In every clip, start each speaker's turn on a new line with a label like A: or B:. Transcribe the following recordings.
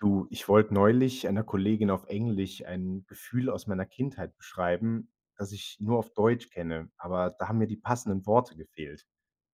A: Du, ich wollte neulich einer Kollegin auf Englisch ein Gefühl aus meiner Kindheit beschreiben, das ich nur auf Deutsch kenne, aber da haben mir die passenden Worte gefehlt.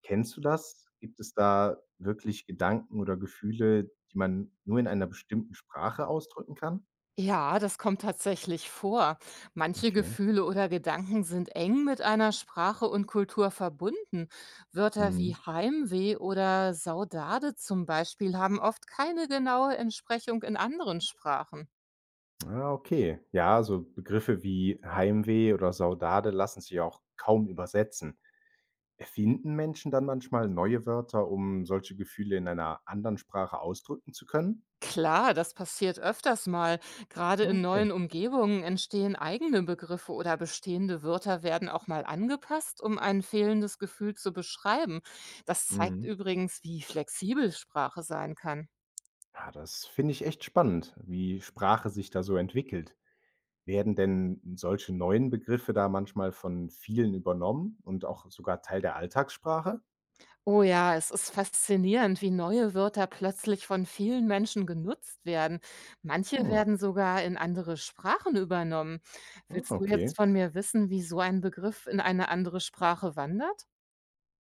A: Kennst du das? Gibt es da wirklich Gedanken oder Gefühle, die man nur in einer bestimmten Sprache ausdrücken kann?
B: Ja, das kommt tatsächlich vor. Manche
A: Okay.
B: Gefühle oder Gedanken sind eng mit einer Sprache und Kultur verbunden. Wörter wie
A: Mhm.
B: Heimweh oder Saudade zum Beispiel haben oft keine genaue Entsprechung in anderen Sprachen.
A: Ah, okay. Ja, so Begriffe wie Heimweh oder Saudade lassen sich ja auch kaum übersetzen. Erfinden Menschen dann manchmal neue Wörter, um solche Gefühle in einer anderen Sprache ausdrücken zu können?
B: Klar, das passiert öfters mal. Gerade in
A: Okay.
B: neuen Umgebungen entstehen eigene Begriffe oder bestehende Wörter werden auch mal angepasst, um ein fehlendes Gefühl zu beschreiben. Das zeigt
A: Mhm.
B: übrigens, wie flexibel Sprache sein kann.
A: Ja, das finde ich echt spannend, wie Sprache sich da so entwickelt. Werden denn solche neuen Begriffe da manchmal von vielen übernommen und auch sogar Teil der Alltagssprache?
B: Oh ja, es ist faszinierend, wie neue Wörter plötzlich von vielen Menschen genutzt werden. Manche
A: Hm,
B: werden sogar in andere Sprachen übernommen.
A: ah,
B: Willst du
A: okay.
B: jetzt von mir wissen, wie so ein Begriff in eine andere Sprache wandert?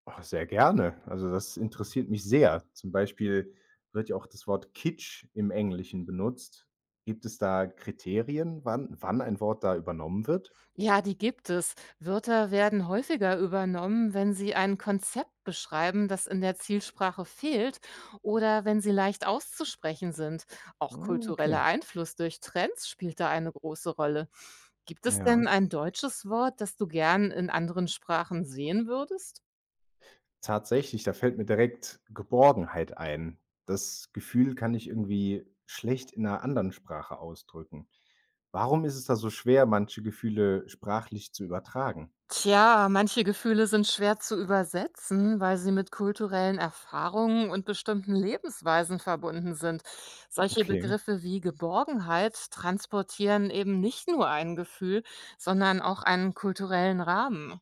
A: Ach, sehr gerne. Also das interessiert mich sehr. Zum Beispiel wird ja auch das Wort Kitsch im Englischen benutzt. Gibt es da Kriterien, wann ein Wort da übernommen wird?
B: Ja, die gibt es. Wörter werden häufiger übernommen, wenn sie ein Konzept beschreiben, das in der Zielsprache fehlt oder wenn sie leicht auszusprechen sind. Auch
A: Hm, okay.
B: kultureller Einfluss durch Trends spielt da eine große Rolle. Gibt es
A: Ja.
B: denn ein deutsches Wort, das du gern in anderen Sprachen sehen würdest?
A: Tatsächlich, da fällt mir direkt Geborgenheit ein. Das Gefühl kann ich irgendwie schlecht in 'ner anderen Sprache ausdrücken. Warum ist es da so schwer, manche Gefühle sprachlich zu übertragen?
B: Tja, manche Gefühle sind schwer zu übersetzen, weil sie mit kulturellen Erfahrungen und bestimmten Lebensweisen verbunden sind. Solche
A: Okay,
B: Begriffe wie Geborgenheit transportieren eben nicht nur ein Gefühl, sondern auch einen kulturellen Rahmen.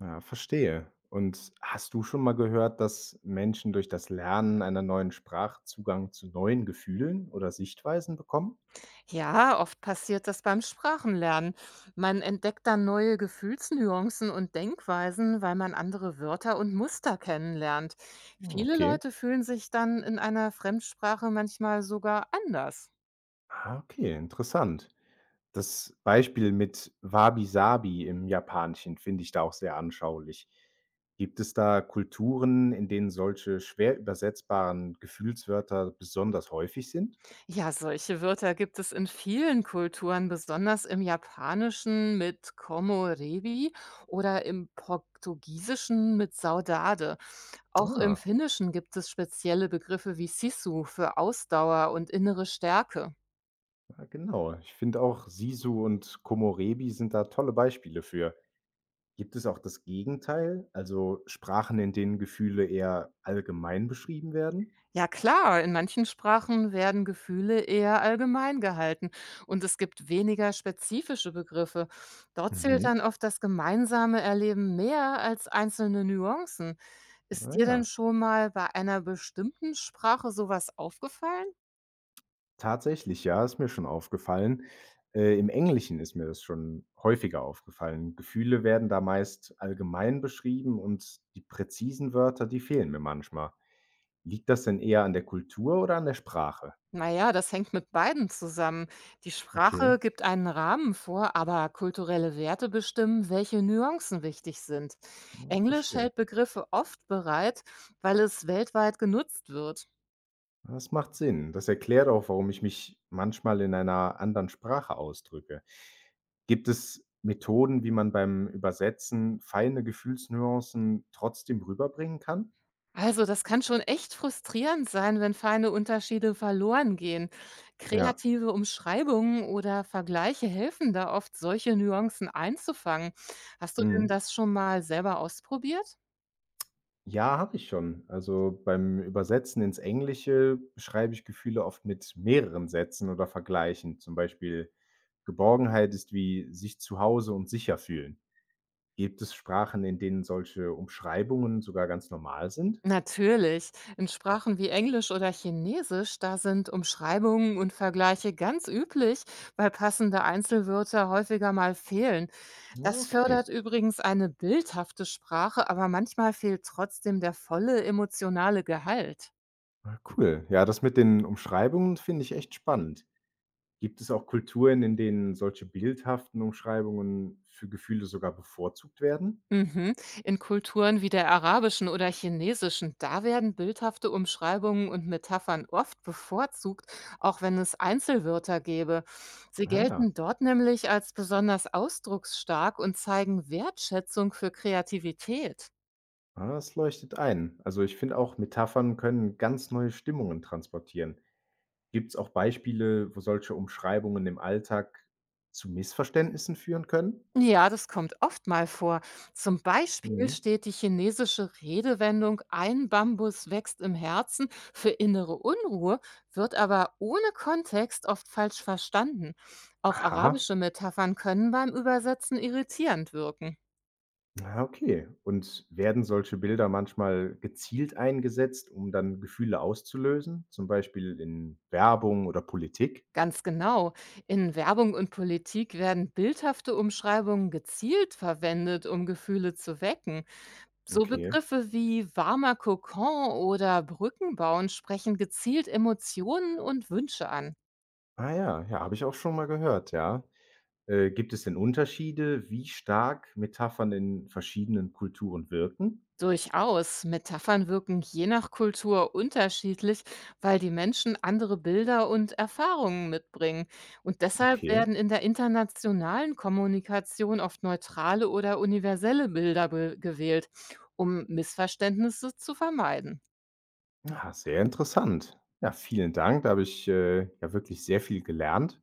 A: ja, verstehe. Und hast du schon mal gehört, dass Menschen durch das Lernen einer neuen Sprache Zugang zu neuen Gefühlen oder Sichtweisen bekommen?
B: Ja, oft passiert das beim Sprachenlernen. Man entdeckt dann neue Gefühlsnuancen und Denkweisen, weil man andere Wörter und Muster kennenlernt.
A: Hm,
B: Viele
A: okay.
B: Leute fühlen sich dann in einer Fremdsprache manchmal sogar anders.
A: Ah, okay, interessant. Das Beispiel mit Wabi-Sabi im Japanischen finde ich da auch sehr anschaulich. Gibt es da Kulturen, in denen solche schwer übersetzbaren Gefühlswörter besonders häufig sind?
B: Ja, solche Wörter gibt es in vielen Kulturen, besonders im Japanischen mit Como Revi oder im Portugiesischen mit Saudade. Auch im
A: Ah,
B: Finnischen gibt es spezielle Begriffe wie Sisu für Ausdauer und innere Stärke.
A: ja genau. Ich finde auch Sisu und Komorebi sind da tolle Beispiele für. Gibt es auch das Gegenteil, also Sprachen, in denen Gefühle eher allgemein beschrieben werden?
B: Ja klar, in manchen Sprachen werden Gefühle eher allgemein gehalten und es gibt weniger spezifische Begriffe. Dort zählt dann
A: Mhm.
B: oft das gemeinsame Erleben mehr als einzelne Nuancen. Ist
A: Ah
B: dir denn
A: ja.
B: schon mal bei einer bestimmten Sprache sowas aufgefallen?
A: Tatsächlich, ja, ist mir schon aufgefallen. Im Englischen ist mir das schon häufiger aufgefallen. Gefühle werden da meist allgemein beschrieben und die präzisen Wörter, die fehlen mir manchmal. Liegt das denn eher an der Kultur oder an der Sprache?
B: Na ja, das hängt mit beiden zusammen. Die
A: Okay,
B: Sprache gibt einen Rahmen vor, aber kulturelle Werte bestimmen, welche Nuancen wichtig sind.
A: ja,
B: Englisch
A: verstehe.
B: hält Begriffe oft bereit, weil es weltweit genutzt wird.
A: Das macht Sinn. Das erklärt auch, warum ich mich manchmal in einer anderen Sprache ausdrücke. Gibt es Methoden, wie man beim Übersetzen feine Gefühlsnuancen trotzdem rüberbringen kann?
B: Also, das kann schon echt frustrierend sein, wenn feine Unterschiede verloren gehen.
A: Ja.
B: Kreative Umschreibungen oder Vergleiche helfen da oft, solche Nuancen einzufangen. Hast du
A: Hm.
B: denn das schon mal selber ausprobiert?
A: Ja, habe ich schon. Also, beim Übersetzen ins Englische beschreibe ich Gefühle oft mit mehreren Sätzen oder Vergleichen. Zum Beispiel: „Geborgenheit ist wie sich zu Hause und sicher fühlen.“ Gibt es Sprachen, in denen solche Umschreibungen sogar ganz normal sind?
B: Natürlich. In Sprachen wie Englisch oder Chinesisch, da sind Umschreibungen und Vergleiche ganz üblich, weil passende Einzelwörter häufiger mal fehlen.
A: Ah,
B: Das
A: okay.
B: fördert übrigens eine bildhafte Sprache, aber manchmal fehlt trotzdem der volle emotionale Gehalt.
A: Ah, cool. Ja, das mit den Umschreibungen finde ich echt spannend. Gibt es auch Kulturen, in denen solche bildhaften Umschreibungen für Gefühle sogar bevorzugt werden?
B: Mhm. In Kulturen wie der arabischen oder chinesischen, da werden bildhafte Umschreibungen und Metaphern oft bevorzugt, auch wenn es Einzelwörter gäbe. Sie
A: Ah ja.
B: gelten dort nämlich als besonders ausdrucksstark und zeigen Wertschätzung für Kreativität.
A: Ah, das leuchtet ein. Also, ich finde auch, Metaphern können ganz neue Stimmungen transportieren. Gibt es auch Beispiele, wo solche Umschreibungen im Alltag zu Missverständnissen führen können?
B: Ja, das kommt oft mal vor. Zum Beispiel
A: Mhm.
B: steht die chinesische Redewendung Ein Bambus wächst im Herzen für innere Unruhe, wird aber ohne Kontext oft falsch verstanden. Auch
A: Aha,
B: arabische Metaphern können beim Übersetzen irritierend wirken.
A: ja, okay. Und werden solche Bilder manchmal gezielt eingesetzt, um dann Gefühle auszulösen, zum Beispiel in Werbung oder Politik?
B: Ganz genau. In Werbung und Politik werden bildhafte Umschreibungen gezielt verwendet, um Gefühle zu wecken. So
A: Okay.
B: Begriffe wie warmer Kokon oder Brückenbauen sprechen gezielt Emotionen und Wünsche an.
A: Ah ja, ja, habe ich auch schon mal gehört, ja. Gibt es denn Unterschiede, wie stark Metaphern in verschiedenen Kulturen wirken?
B: Durchaus, Metaphern wirken je nach Kultur unterschiedlich, weil die Menschen andere Bilder und Erfahrungen mitbringen. Und deshalb
A: Okay.
B: werden in der internationalen Kommunikation oft neutrale oder universelle Bilder gewählt, um Missverständnisse zu vermeiden.
A: Ah, sehr interessant. Ja, vielen Dank. Da habe ich, ja wirklich sehr viel gelernt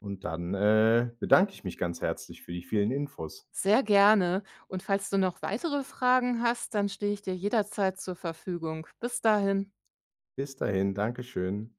A: und dann, bedanke ich mich ganz herzlich für die vielen Infos.
B: Sehr gerne. Und falls du noch weitere Fragen hast, dann stehe ich dir jederzeit zur Verfügung. Bis dahin.
A: Bis dahin, Dankeschön.